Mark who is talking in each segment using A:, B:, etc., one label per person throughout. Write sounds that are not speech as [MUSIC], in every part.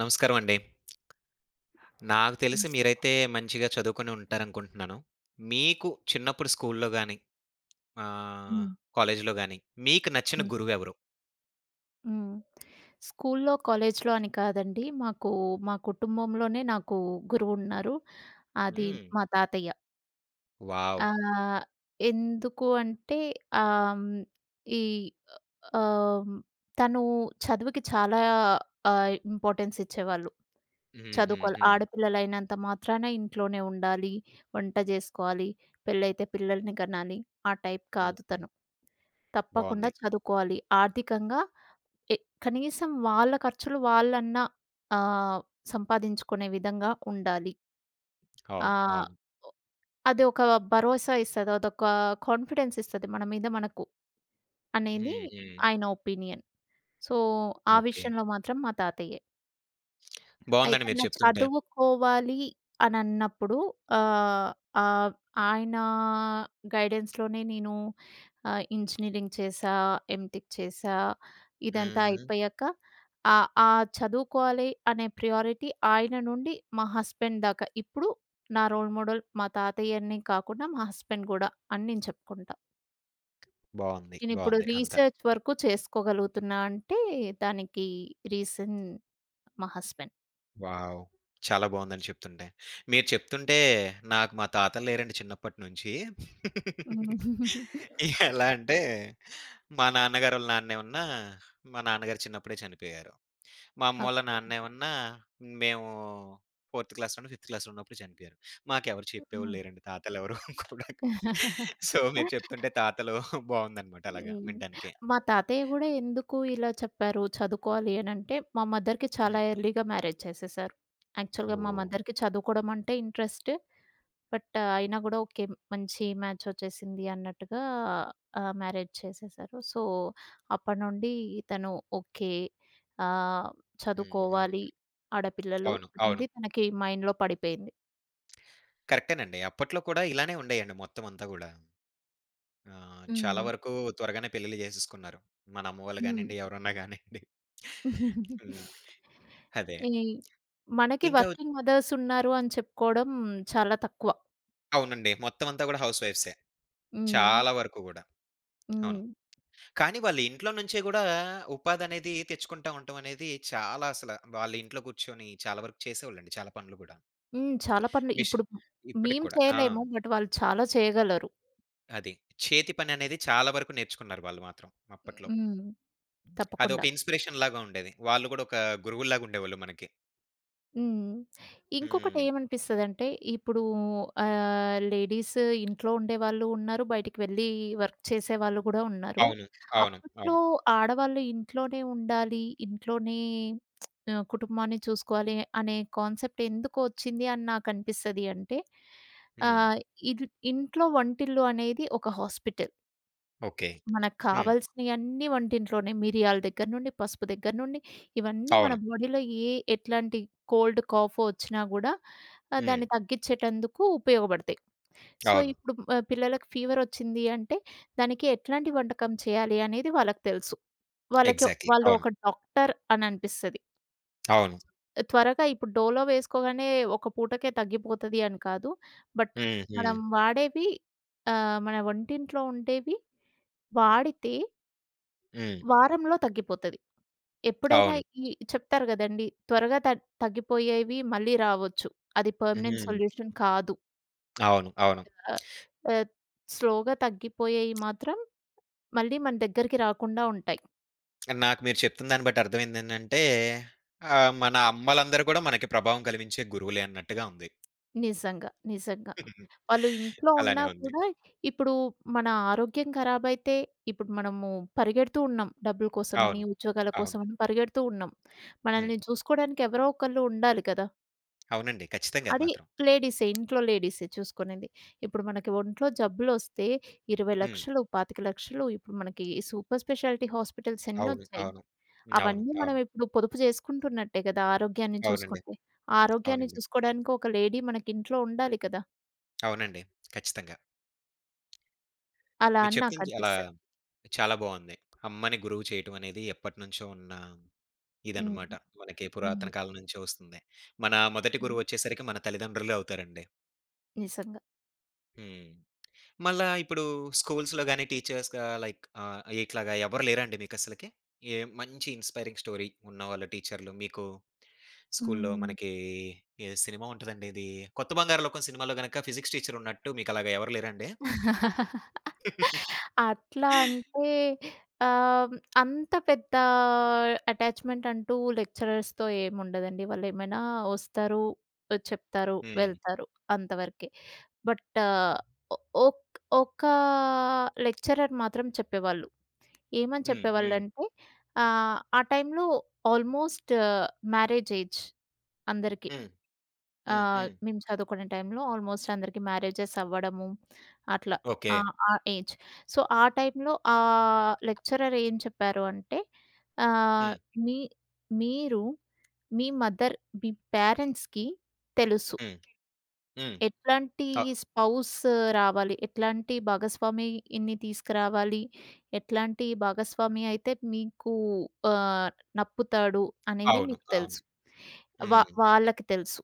A: నమస్కారం అండి. నాకు తెలిసి
B: హ్మ్.
A: మీరైతే మంచిగా చదువుకొని ఉంటారనుకుంటున్నాను. మీకు చిన్నప్పుడు స్కూల్‌లో గాని, ఆహ్, కాలేజీలో గాని మీకు నచ్చిన
B: హ్మ్.
A: గురువెవరు?
B: హ్మ్. స్కూల్లో, కాలేజ్‌లో అని కాదండి. మాకు మా కుటుంబంలోనే నాకు గురువున్నారు. అది
A: హ్మ్.
B: మా తాతయ్య.
A: వావ్!
B: ఆహ్, ఎందుకు అంటే ఆహ్, హ్మ్, ఈ ఆహ్, తను చదువుకి చాలా ఇంపార్టెన్స్ ఇచ్చేవాళ్ళు.
A: హ్మ్. హ్మ్.
B: చదువుకోవాలి.
A: హ్మ్.
B: ఆడపిల్లలైనంత మాత్రాన ఇంట్లోనే ఉండాలి, వంట జేసుకోవాలి, పెళ్ళైతే పిల్లల్ని కనాలి. ఆ టైప్
A: హ్మ్.
B: కాదు
A: హ్మ్.
B: తను. తప్పకుండా
A: బావుంది.
B: చదువుకోవాలి. ఆర్థికంగా ఎ కనీసం వాళ్ళ ఖర్చులు వాళ్ళన్నా ఆహ్, సంపాదించుకునే విధంగా ఉండాలి.
A: అవును.
B: ఆహ్,
A: అవును.
B: ఒ అది ఒక భరోసా ఇస్తది. అదొక కాన్ఫిడెన్స్ ఇస్తది మన మీద మనకు అనేది
A: హ్మ్. హ్మ్.
B: ఆయన ఒపీనియన్. సో, ఆ
A: ఓకే.
B: విషయంలో మాత్రం మా తాతయ్యే. అయితే
A: బావుందండి మీరు
B: ఆయన
A: చెప్తుంటే.
B: చదువుకోవాలి అని అన్నప్పుడు ఆహ్, ఆహ్, ఆయన గైడెన్స్‌లోనే నేను ఇంజినీరింగ్ చేశా, ఎంటెక్ చేశా. ఇదంతా
A: హుహు.
B: అయిపోయాక ఆహ్, ఆ చదువుకోవాలి అనే ప్రియారిటీ ఆయన నుండి మా హస్బెండ్ దాకా. ఇప్పుడు నా రోల్ మోడల్ మా తాతయ్యనే కాకుండా మా హస్బెండ్ గూడా అని నేను చెప్పుకుంటా.
A: బావుంది.
B: నేనిప్పుడు
A: బావుంది. అంతా.
B: రీసెర్చ్ వరకు చేసుకోగలుగుతున్నా అంటే దానికి రీజన్ మా హస్బెండ్.
A: వావ్! చాలా బావుందండి చెప్తుంటే. మీరు చెప్తుంటే నాకు మా తాతలు లేరండి చిన్నప్పటి నుంచి.
B: [LAUGHS]
A: ఎలా అంటే, మా నాన్నగారోళ్ళ నాన్నేమన్నా మా నాన్నగారు చిన్నప్పుడే చనిపోయారు. మా అమ్మోళ్ళ
B: ఓకే.
A: నాన్నేమన్నా మేము ఫోర్త్ క్లాస్‌లోనో, ఫిఫ్త్ క్లాస్‌లో ఉన్నప్పుడు చనిపోయారు. మాకెవరు చెప్పేవాళ్ళు లేరండి తాతలెవరు [LAUGHS] కూడా.
B: హ్మ్.
A: సో, మీరు చెప్తుంటే తాతలు బావుందనమాట అలాగా
B: హ్మ్.
A: వినటానికి.
B: మా తాతయ్య గూడా ఎందుకు ఇలా చెప్పారు చదువుకోవాలి అనంటే, మా మదర్‌కి చాలా
A: హ్మ్.
B: ఎర్లీగా మ్యారేజ్ చేసేశారు. యాక్చువల్‌గా మా
A: ఓహ్!
B: మదర్‌కి చదువుకోవడం అంటే ఇంట్రెస్ట్. బట్ అయినా గూడా ఓకే. మంచి మ్యాచ్ వచ్చేసింది అన్నట్టుగా మ్యారేజ్ చేసేశారు. సో, అప్పటి నుండి తను ఓకే. ఆహ్,
A: హ్మ్. హ్మ్.
B: చదువుకోవాలి ఆడపిల్లలు
A: అవును. అవును.
B: అనేది తనకి మైండ్‌లో పడిపోయింది.
A: కరెక్టేనండి. అప్పట్లో కూడా ఇలానే ఉండేయండి మొత్తం అంతా గూడా. చాలా
B: హ్మ్.
A: వరకు త్వరగానే పెళ్లిళ్లు చేసేసుకున్నారు. మన అమ్మ వాళ్ళు
B: హ్మ్.
A: గానియండి, ఎవరన్నా గానియండి. హ్మ్. హ్మ్. అదే.
B: ఈ మనకి
A: ఇంకా వచ్-
B: వర్కింగ్ మదర్స్ ఉన్నారు అని చెప్పుకోవడం చాలా తక్కువ.
A: అవునండి. మొత్తం అంతా గూడా హౌస్ వైఫ్సే.
B: హ్మ్.
A: చాలా వరకు గూడా. అవును.
B: హ్మ్.
A: కానీ వాళ్ళ ఇంట్లో నుంచే గూడా ఉపాధనేది తెచ్చుకుంటా ఉండటం అనేది చాలా అసల వాళ్ళ ఇంట్లో కూర్చొని చాలా వరకు చేసేవాళ్ళండి చాలా పనులు గూడా.
B: హ్మ్. చాలా పనులు
A: మిష్
B: ఇప్పుడు
A: ఇప్పటికి
B: మేము
A: కూడా. ఆ!
B: చేయలేము. బట్ వాళ్ళు చాలా చేయగలరు.
A: అది. చేతి పననేది చాలా వరకు నేర్చుకున్నారు వాళ్ళు మాత్రం అప్పట్లో.
B: హ్మ్.
A: అదొక
B: తప్పకుండా.
A: ఇన్‌స్పిరేషన్ లాగా ఉండేది. వాళ్ళు కూడా ఒక గురువుల్లాగా ఉండేవాళ్ళు మనకి.
B: హ్మ్.
A: హ్మ్.
B: ఇంకొకటేమనిపిస్తదంటే, ఇప్పుడు లేడీస్ ఇంట్లో ఉండేవాళ్ళు ఉన్నారు, బయటికి వెళ్ళి వర్క్ చేసేవాళ్ళు గూడా ఉన్నారు.
A: అవును. అవును.
B: అప్పట్లో
A: అవును.
B: ఆడవాళ్ళు ఇంట్లోనే ఉండాలి, ఇంట్లోనే కుటుంబాన్ని చూసుకోవాలి అనే కాన్సెప్ట్ ఎందుకొచ్చింది అని నాకనిపిస్తది అంటే,
A: హ్మ్.
B: ఆహ్, ఇది ఇంట్లో వంటిల్లు అనేది ఒక హాస్పిటల్.
A: ఓకే.
B: మనకు
A: హ్మ్.
B: కావాల్సినయన్నీ వంటింట్లోనే. మిరియాల దగ్గర నుండి, పసుపు దగ్గర నుండి ఇవన్నీ మన
A: అవును.
B: బాడీలో ఏ ఎట్లాంటి కోల్డ్, కాఫ్ వచ్చినా గూడా
A: హ్మ్.
B: దాన్ని తగ్గిచ్చేటందుకు ఉపయోగపడతాయి. సో,
A: అవును.
B: ఇప్పుడు పిల్లలకి ఫీవరొచ్చింది అంటే దానికి ఎట్లాంటి వంటకం చేయాలి అనేది వాళ్ళకి తెలుసు. వాళ్ళకి
A: ఎగ్జాక్ట్‌లీ.
B: వాళ్ళు
A: అవును.
B: ఒక డాక్టర్ అని అనిపిస్తది.
A: అవును.
B: త్వరగా ఇప్పుడు డోలో వేసుకోగానే ఒక పూటకే తగ్గిపోతది అని కాదు. బట్
A: హ్మ్. హ్మ్.
B: మనం వాడేవి మన వంటింట్లో ఉండేవి వాడితే
A: హ్మ్.
B: వారంలో తగ్గిపోతది. ఎప్పుడైనా
A: అవును.
B: ఈ చెప్తారు గదండీ! త్వరగా తగ్గిపోయేవి మళ్ళీ రావచ్చు. అది పర్మనెంట్
A: హ్మ్.
B: సొల్యూషన్ కాదు.
A: అవును. అవును.
B: ఆహ్, ఆహ్, స్లోగా తగ్గిపోయేయి మాత్రం మళ్ళీ మన దగ్గరికి రాకుండా ఉంటాయి.
A: నాకు మీరు చెప్తున్న దాన్ని బట్టి అర్థమైందేంటంటే మన అమ్మలందరూ కూడా మనకి ప్రభావం కలిగించే గురువులే అన్నట్టుగా ఉంది.
B: నిజంగా, నిజంగా, వాళ్ళు ఇంట్లో ఉన్నా
A: అలానే ఉంది.
B: కూడా ఇప్పుడు మన ఆరోగ్యం ఖరాబైతే మనము పరిగెడుతూ ఉన్నాం. డబ్బుల కోసమని,
A: అవును.
B: ఉద్యోగాల
A: అవును.
B: కోసమని పరిగెడుతూ ఉన్నాం.
A: హ్మ్.
B: మనల్ని చూసుకోవడానికి ఎవరో ఒకళ్ళు ఉండాలి కదా!
A: అవునండి. ఖచ్చితంగా అది
B: అది
A: మాత్రం.
B: లేడీసే. ఇంట్లో లేడీసే చూసుకునేది. ఇప్పుడు మనకి ఒంట్లో జబ్బులొస్తే 20,00,000,
A: హ్మ్.
B: 25,00,000 ఇప్పుడు మనకి సూపర్ స్పెషాలిటీ హాస్పిటల్స్
A: అవును.
B: ఎన్నొచ్చాయి.
A: అవును. అవును.
B: అవన్నీ మనం
A: అవును.
B: ఇప్పుడు పొదుపు చేసుకుంటున్నట్టే కదా! ఆరోగ్యాన్ని
A: అవునండి.
B: చూసుకుంటే. ఆ ఆరోగ్యాన్ని
A: అవునండి.
B: చూసుకోవడానికి ఒక లేడీ మనకింట్లో ఉండాలి కదా!
A: అవునండి. ఖచ్చితంగా.
B: అలా
A: మీరు
B: అని
A: చెప్పింది అలా
B: నాకనిపిస్తది.
A: చాలా బావుంది. అమ్మని గురువు చేయటం అనేది ఎప్పటినుంచో ఉన్న ఇదనమాట.
B: హ్మ్.
A: మనకి
B: హ్మ్.
A: పురాతన కాలం నుంచే వస్తుంది. మన మొదటి
B: హ్మ్.
A: గురువు వచ్చేసరికి మన తల్లిదండ్రులే అవుతారండి.
B: నిజంగా.
A: హ్మ్. మళ్ళా ఇప్పుడు స్కూల్స్‌లో గాని, టీచర్స్‌గా లైక్ ఇట్లాగా ఎవరు లేరా అండి మీకసలకి? ఏ మంచి ఇన్‌స్పైరింగ్ స్టోరీ ఉన్నవాళ్ళ టీచర్లు మీకు స్కూల్‌లో
B: హ్మ్.
A: మనకి ఏ సినిమా ఉంటదండి ఇది 'కొత్త బంగారు లోకం' సినిమాలో గనక ఫిజిక్స్ టీచర్ ఉన్నట్టు మీకలాగా ఎవరు లేరా అండి? [LAUGHS]
B: అట్లా అంటే ఆహ్, అంత పెద్ద అటాచ్‌మెంట్ అంటూ లెక్చరర్స్‌తో ఏముండదండి. వాళ్ళేమైనా వస్తారు, చెప్తారు,
A: హ్మ్.
B: వెళ్తారు అంతవరకే. బట్ ఒ ఒక్ ఒక లెక్చరర్ మాత్రం చెప్పేవాళ్ళు. ఏమని
A: హ్మ్. హ్మ్. [LAUGHS]
B: చెప్పేవాళ్ళంటే ఆ టైంలో ఆల్మోస్ట్ మ్యారేజ్ ఏజ్ అందరికి.
A: హ్మ్. హ్మ్. హ్మ్.
B: మేము చదువుకునే టైంలో ఆల్మోస్ట్ అందరికి మ్యారేజెస్ అవ్వడము అట్లా.
A: ఓకే.
B: ఆ! ఆ ఏజ్. సో, ఆ టైంలో లెక్చరర్ ఏం చెప్పారు అంటే ఆహ్,
A: హ్మ్.
B: మీ మీరు మీ మదర్ మీ పేరెంట్స్‌కి తెలుసు.
A: హ్మ్. హ్మ్.
B: ఎట్లాంటి
A: అ
B: స్పౌస్ రావాలి, ఎట్లాంటి భాగస్వామిని తీసుకురావాలి, ఎట్లాంటి భాగస్వామి అయితే మీకు ఆహ్, నప్పుతాడు అనేది
A: అవును.
B: మీకు
A: అవును.
B: తెలుసు.
A: హ్మ్.
B: వాళ్ళకి తెలుసు.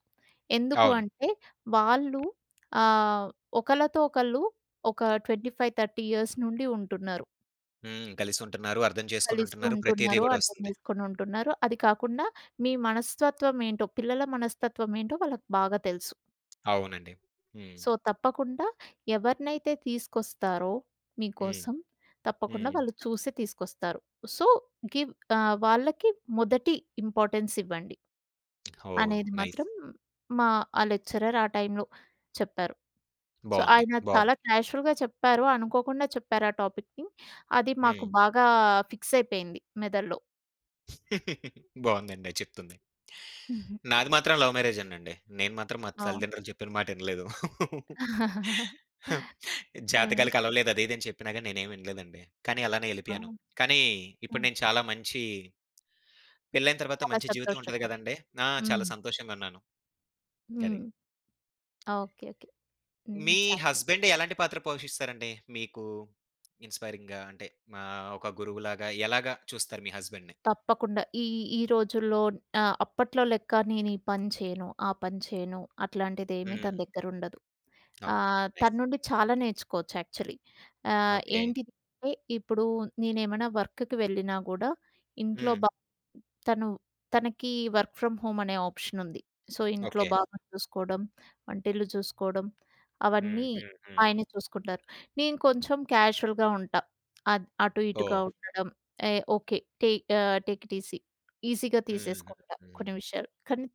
B: ఎందుకు
A: అవును.
B: అంటే వాళ్ళు ఆహ్, ఒకళ్ళతో ఒకళ్ళు ఒక 25, 30 ఇయర్స్ నుండి ఉంటున్నారు.
A: హ్మ్. కలిసుంటున్నారు. అర్థం
B: కలిసి
A: చేసుకొనుంటున్నారు. ప్రతీదీ
B: ఉంటున్నారు.
A: గూడా
B: అర్థం
A: ఒస్తుంది.
B: చేసుకొని ఉంటున్నారు. అది కాకుండా మీ మనస్తత్వం ఏంటో, పిల్లల మనస్తత్వం ఏంటో వాళ్ళకి బాగా తెలుసు.
A: అవునండి. హ్మ్.
B: సో, తప్పకుండా ఎవరినైతే తీసుకొస్తారో
A: హ్మ్.
B: మీకోసం తప్పకుండా
A: హ్మ్.
B: వాళ్ళు చూసి తీసుకొస్తారు. సో, గివ్ వాళ్ళకి మొదటి ఇంపార్టెన్స్ ఇవ్వండి.
A: ఓహ్!
B: అనేది
A: నైస్.
B: మాత్రం మా ఆ లెక్చరర్ ఆ టైంలో చెప్పారు. సో,
A: బావుంది.
B: ఆయన చాలా
A: బావుంది.
B: క్యాజువల్‌గా చెప్పారు. అనుకోకుండా చెప్పారు ఆ టాపిక్‌ని. అది మాకు
A: హ్మ్.
B: బాగా ఫిక్స్ అయిపోయింది మెదడులో.
A: [LAUGHS] బావుందండి చెప్తుంది.
B: హుహు.
A: నాది మాత్రం లవ్ మ్యారేజేనండి. నేను మాత్రం మా
B: ఆ!
A: తల్లిదండ్రులు చెప్పిన మాట ఇనలేదు.
B: హ్మ్.
A: జాతకాలు కలవలేదు అది ఇది అని చెప్పినా గాని నేనేమి ఇనలేదండి. కానీ అలానే
B: ఆ!
A: ఎళ్ళిపోయాను. కానీ
B: ఆ!
A: ఇప్పుడు నేను చాలా మంచి పెళ్లైన తర్వాత
B: చాలా
A: మంచి జీవితం ఉంటది
B: సంతోషంగా ఉంది.
A: గదండీ! ఆ! చాలా
B: హ్మ్.
A: సంతోషంగా ఉన్నాను. గది.
B: హ్మ్. ఓకే. ఓకే. హ్మ్.
A: మీ
B: చాలా బావుంది.
A: హస్బెండ్ ఎలాంటి పాత్ర పోషిస్తారండి? మీకు ఇన్‌స్పైరింగ్‌గా అంటే మా ఒక గురువులాగా ఎలాగా చూస్తారు మీ హస్బెండ్‌ని?
B: తప్పకుండా. ఈ ఈ రోజుల్లో అప్పట్లో లెక్క నేను ఈ పని చేయను, ఆ పని చేయను అట్లాంటిదేమీ
A: హ్మ్.
B: తన దగ్గరుండదు.
A: ఆ!
B: తన
A: నైస్.
B: నుండి చాలా నేర్చుకోవచ్చు యాక్చువల్లీ.
A: ఓకే.
B: ఏంటిది అంటే ఇప్పుడు నేనేమైనా వర్క్‌కి వెళ్ళినా గూడా ఇంట్లో
A: హ్మ్.
B: బా తను తనకి వర్క్ ఫ్రమ్ హోమ్ అనే ఆప్షన్ ఉంది. సో, ఇంట్లో
A: ఓకే.
B: బాబుని చూసుకోవడం, వంటిల్లు చూసుకోవడం
A: హ్మ్.
B: అవన్నీ
A: హ్మ్. హ్మ్.
B: ఆయనే చూసుకుంటారు. నేను కొంచెం క్యాజువల్‌గా ఉంటా. అటు ఇటుగా
A: ఓహ్!
B: ఉండడం ఏ ఓకే. Take it easy. ఈజీగా
A: హ్మ్. హ్మ్.
B: తీసేసుకుంటా కొన్ని
A: హ్మ్.
B: విషయాలు. కానీ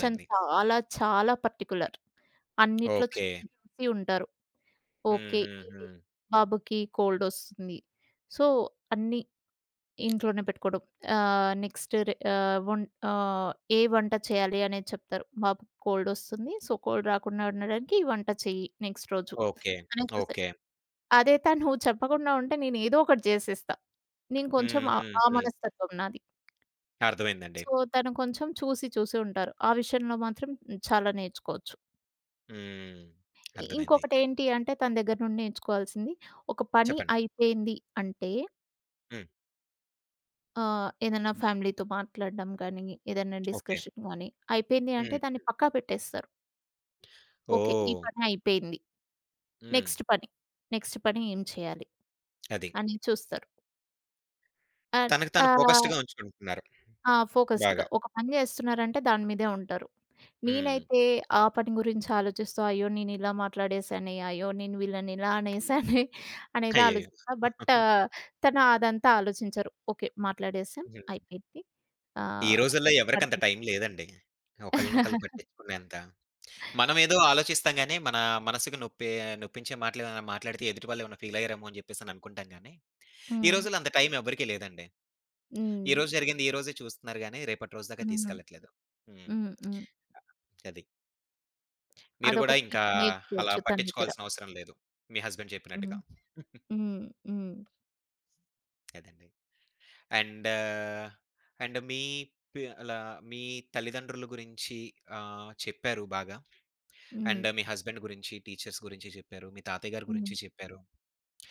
B: తను చాలా చాలా పర్టిక్యులర్. అన్నిట్లో
A: ఓకే.
B: చూసి చూసి ఉంటారు.
A: హ్మ్.
B: ఓకే.
A: హ్మ్.
B: ఇది
A: హ్మ్.
B: బాబుకి కోల్డొస్తుంది. సో, అన్నీ ఇంట్లోనే పెట్టుకోవడం. ఆహ్, నెక్స్ట్ రె ఆహ్, వొన్ ఆహ్, ఏ వంట చేయాలి అనేది చెప్తారు. బాబుకి కోల్డొస్తుంది. సో, కోల్డ్ రాకుండా ఉండడానికి ఈ వంట చెయ్యి నెక్స్ట్ రోజు
A: ఓకే.
B: అని చూస్తారు.
A: ఓకే.
B: అదే తను చెప్పకుండా ఉంటే నేనేదో ఒకటి చేసేస్తా. నేను కొంచెం
A: హ్మ్.
B: ఆ
A: హ్మ్.
B: ఆ
A: హ్మ్.
B: మనస్తత్వం నాది.
A: అర్థమైందండి.
B: సో, తను కొంచెం చూసి చూసి ఉంటారు. ఆ విషయంలో మాత్రం చాలా నేర్చుకోవచ్చు.
A: హ్మ్. అర్థమైంది.
B: ఇంకొకటేంటి అంటే తన దగ్గర నుండి నేర్చుకోవాల్సింది, ఒక పని
A: చెప్పండి.
B: అయిపోయింది అంటే
A: హ్మ్.
B: ఆ! ఏదన్నా ఫ్యామిలీతో మాట్లాడడం గానీ, ఏదన్నా
A: ఓకే.
B: డిస్కషన్ గానీ, అయిపోయింది
A: హ్మ్.
B: అంటే దాన్ని పక్కా పెట్టేస్తారు. ఓకే. ఈ
A: ఓహ్!
B: పని అయిపోయింది.
A: హ్మ్.
B: నెక్స్ట్ పని. నెక్స్ట్ పని ఏం చేయాలి
A: అది.
B: అని చూస్తారు. అండ్
A: తనకు తాను
B: ఆహ్,
A: ఫోకస్డ్‌గా ఉంచుకుంటున్నారు.
B: ఆ!
A: బాగా.
B: ఫోకస్డ్‌గా ఒక పని చేస్తున్నారంటే దాని మీదే ఉంటారు.
A: హ్మ్.
B: నేనైతే ఆ పని గురించి ఆలోచిస్తూ అయ్యో! నేను ఇలా మాట్లాడేసానే, అయ్యో! నేను వీళ్ళని ఇలా అనేసానే అనేది
A: అయ్యయ్యో!
B: ఆలోచిస్తా. బట్
A: [LAUGHS]
B: తను అదంతా ఆలోచించరు. ఓకే. మాట్లాడేసాం.
A: హ్మ్.
B: అయిపోయింది.
A: ఈ
B: ఆహ్,
A: రోజుల్లో
B: నెక్స్ట్
A: ఎవరికంత
B: పని.
A: టైం లేదండి. ఒకళ్ళనొకళ్ళు
B: [LAUGHS]
A: పట్టించుకునేంత. మనమేదో ఆలోచిస్తాం గానీ, మన మనసుకు నొప్పి నొప్పించే మాటలేమైనా మాట్లాడితే ఎదుటి వాళ్ళేమైనా ఫీల్ అయ్యారేమో అని జెప్పేసని అనుకుంటాం గానీ, ఈ
B: హ్మ్.
A: రోజుల్లో అంత టైం ఎవ్వరికీ లేదండి. ఈ
B: హ్మ్.
A: రోజు జరిగింది ఈ రోజే చూస్తున్నారు గానీ, రేపటి రోజు దాకా
B: హ్మ్.
A: తీసుకెళ్ళట్లేదు. హ్మ్.
B: హ్మ్. హ్మ్.
A: అది. మీరు గూడా
B: అదొకటి
A: ఇంకా అలా
B: నేర్చుకోవచ్చు తన దగ్గర.
A: పట్టించుకోవాల్సిన అవసరం లేదు. మీ హస్బెండ్
B: హ్మ్.
A: చెప్పినట్టుగా. [LAUGHS]
B: హ్మ్. హ్మ్.
A: అదండి. అండ్ అండ్ మీ అలా మీ తల్లిదండ్రుల గురించి చెప్పారు బాగా.
B: హ్మ్.
A: అండ్ మీ హస్బెండ్ గురించి, టీచర్స్ గురించి చెప్పారు. మీ తాతయ్య గారి
B: హ్మ్.
A: గురించి చెప్పారు.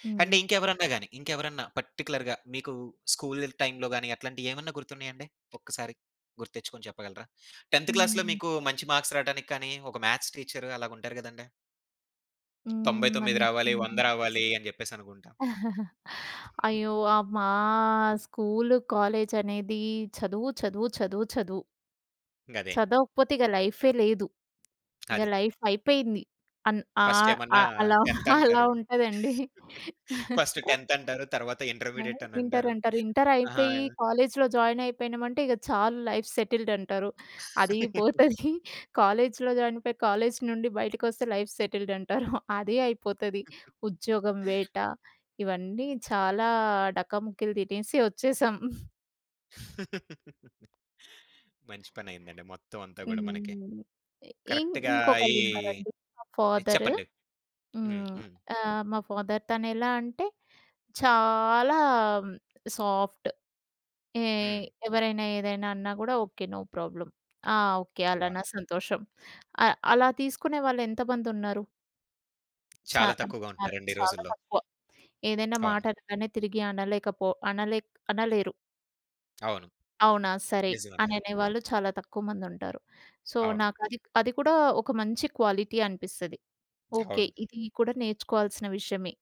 B: హ్మ్.
A: అండ్ ఇంకెవరన్నా గాని, ఇంకెవరన్నా పర్టిక్యులర్‌గా మీకు స్కూల్ టైమ్‌లో గాని అట్లాంటియేమన్నా గుర్తున్నాయండి? ఒక్కసారి గుర్తించుకొని చెప్పగలరా? 10థ్ క్లాస్‌లో
B: హ్మ్.
A: మీకు మంచి మార్క్స్ రావడానికి కానీ, ఒక మ్యాథ్స్ టీచర్ అలాగుంటారు గదండీ.
B: హ్మ్.
A: 99
B: మంచి
A: రావాలి, 100
B: మార్క్స్.
A: రావాలి అని జెప్పేసనుకుంటా.
B: అయ్యో! ఆ మా స్కూలు, కాలేజ్ అనేది చదువు, చదువు, చదువు, చదువు.
A: గదే.
B: చదవకపోతే ఇక లైఫే లేదు. ఇక
A: అది.
B: లైఫ్ అయిపోయింది. అన్
A: ఫస్ట్
B: ఆహ్,
A: ఏమన్నా
B: ఆహ్, అలా
A: 10థ్
B: అలా
A: అంటారు.
B: ఉంటదండి.
A: ఫస్ట్ 10థ్ అంటారు. తర్వాత
B: ఆ!
A: ఇంటర్మీడియేట్ అని
B: ఇంటర్
A: అంటారు.
B: అంటారు. ఇంటర్
A: ఆహా!
B: అయిపోయి కాలేజ్‌లో జాయిన్ అయిపోయినామంటే ఇక చాలు లైఫ్ సెటిల్డ్ అంటారు. అది పోతది. కాలేజ్‌లో జాయిన్ అయిపోయి కాలేజ్ నుండి బయటికొస్తే లైఫ్ సెటిల్డ్ అంటారు. [LAUGHS] అది అయిపోతది. ఉద్యోగం వేట ఇవన్నీ చాలా డకాముక్కీలు తినేసి వచ్చేసాం.
A: మంచి పనయిందండి మొత్తం అంతా గూడా మనకి.
B: హ్మ్.
A: కరెక్ట్‌గా ఈ
B: ఇంకొకళ్ళున్నారండి. మా ఫాదర్.
A: చెప్పండి. హ్మ్.
B: హ్మ్.
A: హ్మ్.
B: మా ఫాదర్ తనెలా అంటే చాలా సాఫ్ట్. ఏ
A: హ్మ్.
B: ఎవరైనా ఏదైనా అన్నా గూడా ఓకే. No problem. ఆ! ఓకే.
A: వావ్!
B: అలానా సంతోషం. అ అలా తీసుకునే వాళ్ళు ఎంతమందున్నారు? చా
A: చాలా తక్కువగా
B: చాలా,
A: ఉంటున్నారండి ఈ
B: చాలా
A: రోజుల్లో.
B: తక్కువ. ఏదైనా మాట
A: అవును.
B: అనగానే తిరిగి అనలేకపో అనలే అనలేరు.
A: అవును.
B: అవునా? సరే.
A: నిజమండి
B: అని
A: అది.
B: అనేవాళ్ళు చాలా తక్కువ మందుంటారు. సో,
A: అవును.
B: నాకది అది అది కూడా ఒక మంచి క్వాలిటీ అనిపిస్తది. ఓకే.
A: అవును.
B: ఇది కూడా నేర్చుకోవాల్సిన విషయమే.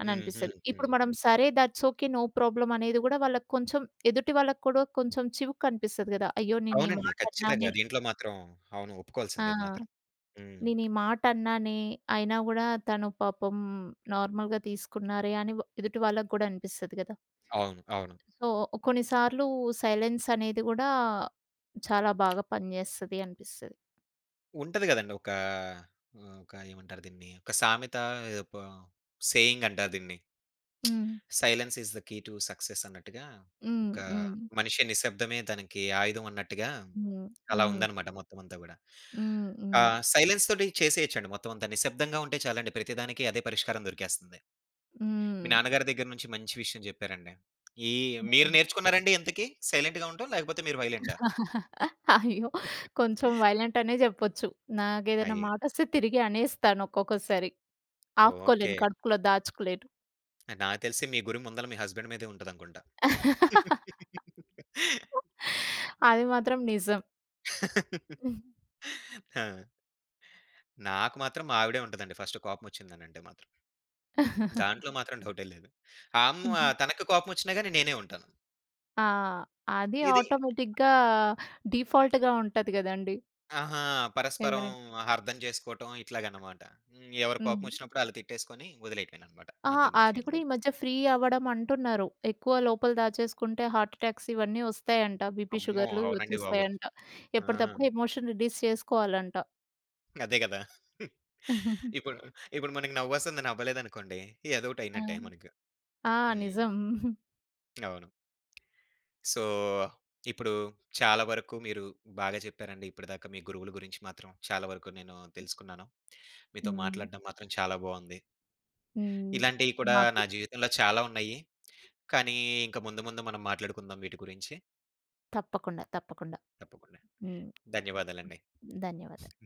B: అని
A: హ్మ్.
B: అనిపిస్తది.
A: హ్మ్. హ్మ్.
B: ఇప్పుడు మనం సరే థాట్స్ ఓకే. నో ప్రాబ్లమ్ అనేది గూడా వాళ్ళకి కొంచెం ఎదుటి వాళ్ళకి కూడా కొంచెం చివుకు అనిపిస్తది గదా! అయ్యో! నేను ఈ
A: అవునండి.
B: మాట
A: ఖచ్చితంగా.
B: అన్నానే
A: దీంట్లో మాత్రం అవును. ఒప్పుకోవాల్సిందే ఇది
B: ఆ!
A: మాత్రం. హ్మ్.
B: నేను ఈ మాట అన్నానే అయినా గూడా తను పాపం నార్మల్‌గా తీసుకున్నారే అని ఎదుటి వాళ్ళకి గూడా అనిపిస్తది గదా!
A: అవును. అవును.
B: సో, కొన్నిసార్లు సైలెన్స్ అనేది గూడా చాలా బాగా పనిజేస్తది అనిపిస్తది.
A: ఉంటది గదండీ. ఒక ఒక ఏమంటారు దీన్ని? ఒక సామెత ఏదో ప సేయింగ్ అంటారు దీన్ని.
B: Hmm.
A: Silence is the key to success అన్నట్టుగా,
B: హ్మ్.
A: ఒక హ్మ్.
B: హ్మ్.
A: మనిషి నిశ్శబ్దమే తనకి ఆయుధం అన్నట్టుగా
B: హ్మ్.
A: అలా
B: హ్మ్.
A: ఉందన్నమాట మొత్తం అంతా గూడా.
B: హ్మ్.
A: ఆ!
B: హ్మ్.
A: సైలెన్స్ తోటి చేసేయొచ్చండి మొత్తం అంతా. నిశ్శబ్దంగా ఉంటే చాలండి ప్రతిదానికి అదే పరిష్కారం దొరికేస్తుంది. మీ
B: హ్మ్.
A: నాన్నగారి దగ్గర నుంచి మంచి విషయం జెప్పారండి. ఈ మీరు
B: హ్మ్.
A: నేర్చుకున్నారండి ఇంతకి? సైలెంట్‌గా ఉండటం లేకపోతే మీరు వైలెంటా?
B: అయ్యో! కొంచెం వైలెంట్ అనే జెప్పొచ్చు. నాకేదైనా
A: అయి
B: మాటొస్తే తిరిగి అనేస్తాను ఒక్కొక్కసారి.
A: ఓకే.
B: ఆపుకోలేను. కడుపులో దాచుకోలేను.
A: నాకు తెలిసి మీ గురి ముందల మీ హస్బెండ్ మీదే ఉంటదనుకుంటా.
B: అది మాత్రం నిజం. హ్మ్.
A: ఆ! నాకు మాత్రం మా ఆవిడే ఉంటదండి ఫస్ట్ కోపమొచ్చిందనంటే మాత్రం. దాంట్లో మాత్రం డౌటే లేదు. ఆ అమ్మ తనకి కోపమొచ్చినా గాని నేనే ఉంటాను.
B: ఆ! అది
A: ఇది
B: ఆటోమేటిక్‌గా డిఫాల్ట్‌గా ఉంటది గదండీ!
A: ఆహా! పరస్పరం
B: ఎవరి
A: అర్థం చేసుకోవటం ఇట్లాగనమాట. హ్మ్. ఎవరి
B: హ్మ్.
A: కోపమొచ్చినప్పుడు ఆళ్ళు తిట్టేసుకొని వదిలేయటమేననమాట.
B: ఆ!
A: అంతకు మించి
B: అది
A: ఏం
B: కూడా
A: లేదు.
B: ఈ మధ్య ఫ్రీ అవ్వడం అంటున్నారు. ఎక్కువ లోపల దాచేసుకుంటే హార్ట్ అటాక్స్ ఇవన్నీ ఒస్తాయంట. బీపీ,
A: అమ్మో!
B: షుగర్‌లు
A: అవునండి బాబు.
B: ఒచ్చేస్తాయంట.
A: ఆ!
B: ఎప్పటిదప్పుడు ఎమోషన్ రిలీజ్ చేసుకోవాలంట.
A: అదే గదా! ఇప్పుడు ఇప్పుడు మనకి నవ్వొస్తుంది నవ్వలేదనుకోండి
B: ఆ!
A: ఏదోకటయినట్టే మనకు.
B: ఆ!
A: హ్మ్.
B: నిజం.
A: అవును. సో, ఇప్పుడు చాలా వరకు మీరు బాగా చెప్పారండి ఇప్పటిదాకా మీ గురువుల గురించి మాత్రం చాలా వరకు నేను తెలుసుకున్నాను. మీతో
B: హ్మ్.
A: మాట్లాడడం మాత్రం చాలా బావుంది.
B: హ్మ్.
A: ఇలాంటియి కూడా
B: మాకు
A: నా జీవితంలో చాలా ఉన్నాయి. కానీ, ఇంక ముందు ముందు మనం మాట్లాడుకుందాం వీటి గురించి.
B: తప్పకుండా. తప్పకుండా.
A: తప్పకుండా.
B: హ్మ్.
A: ధన్యవాదాలండి.
B: ధన్యవాదాలు.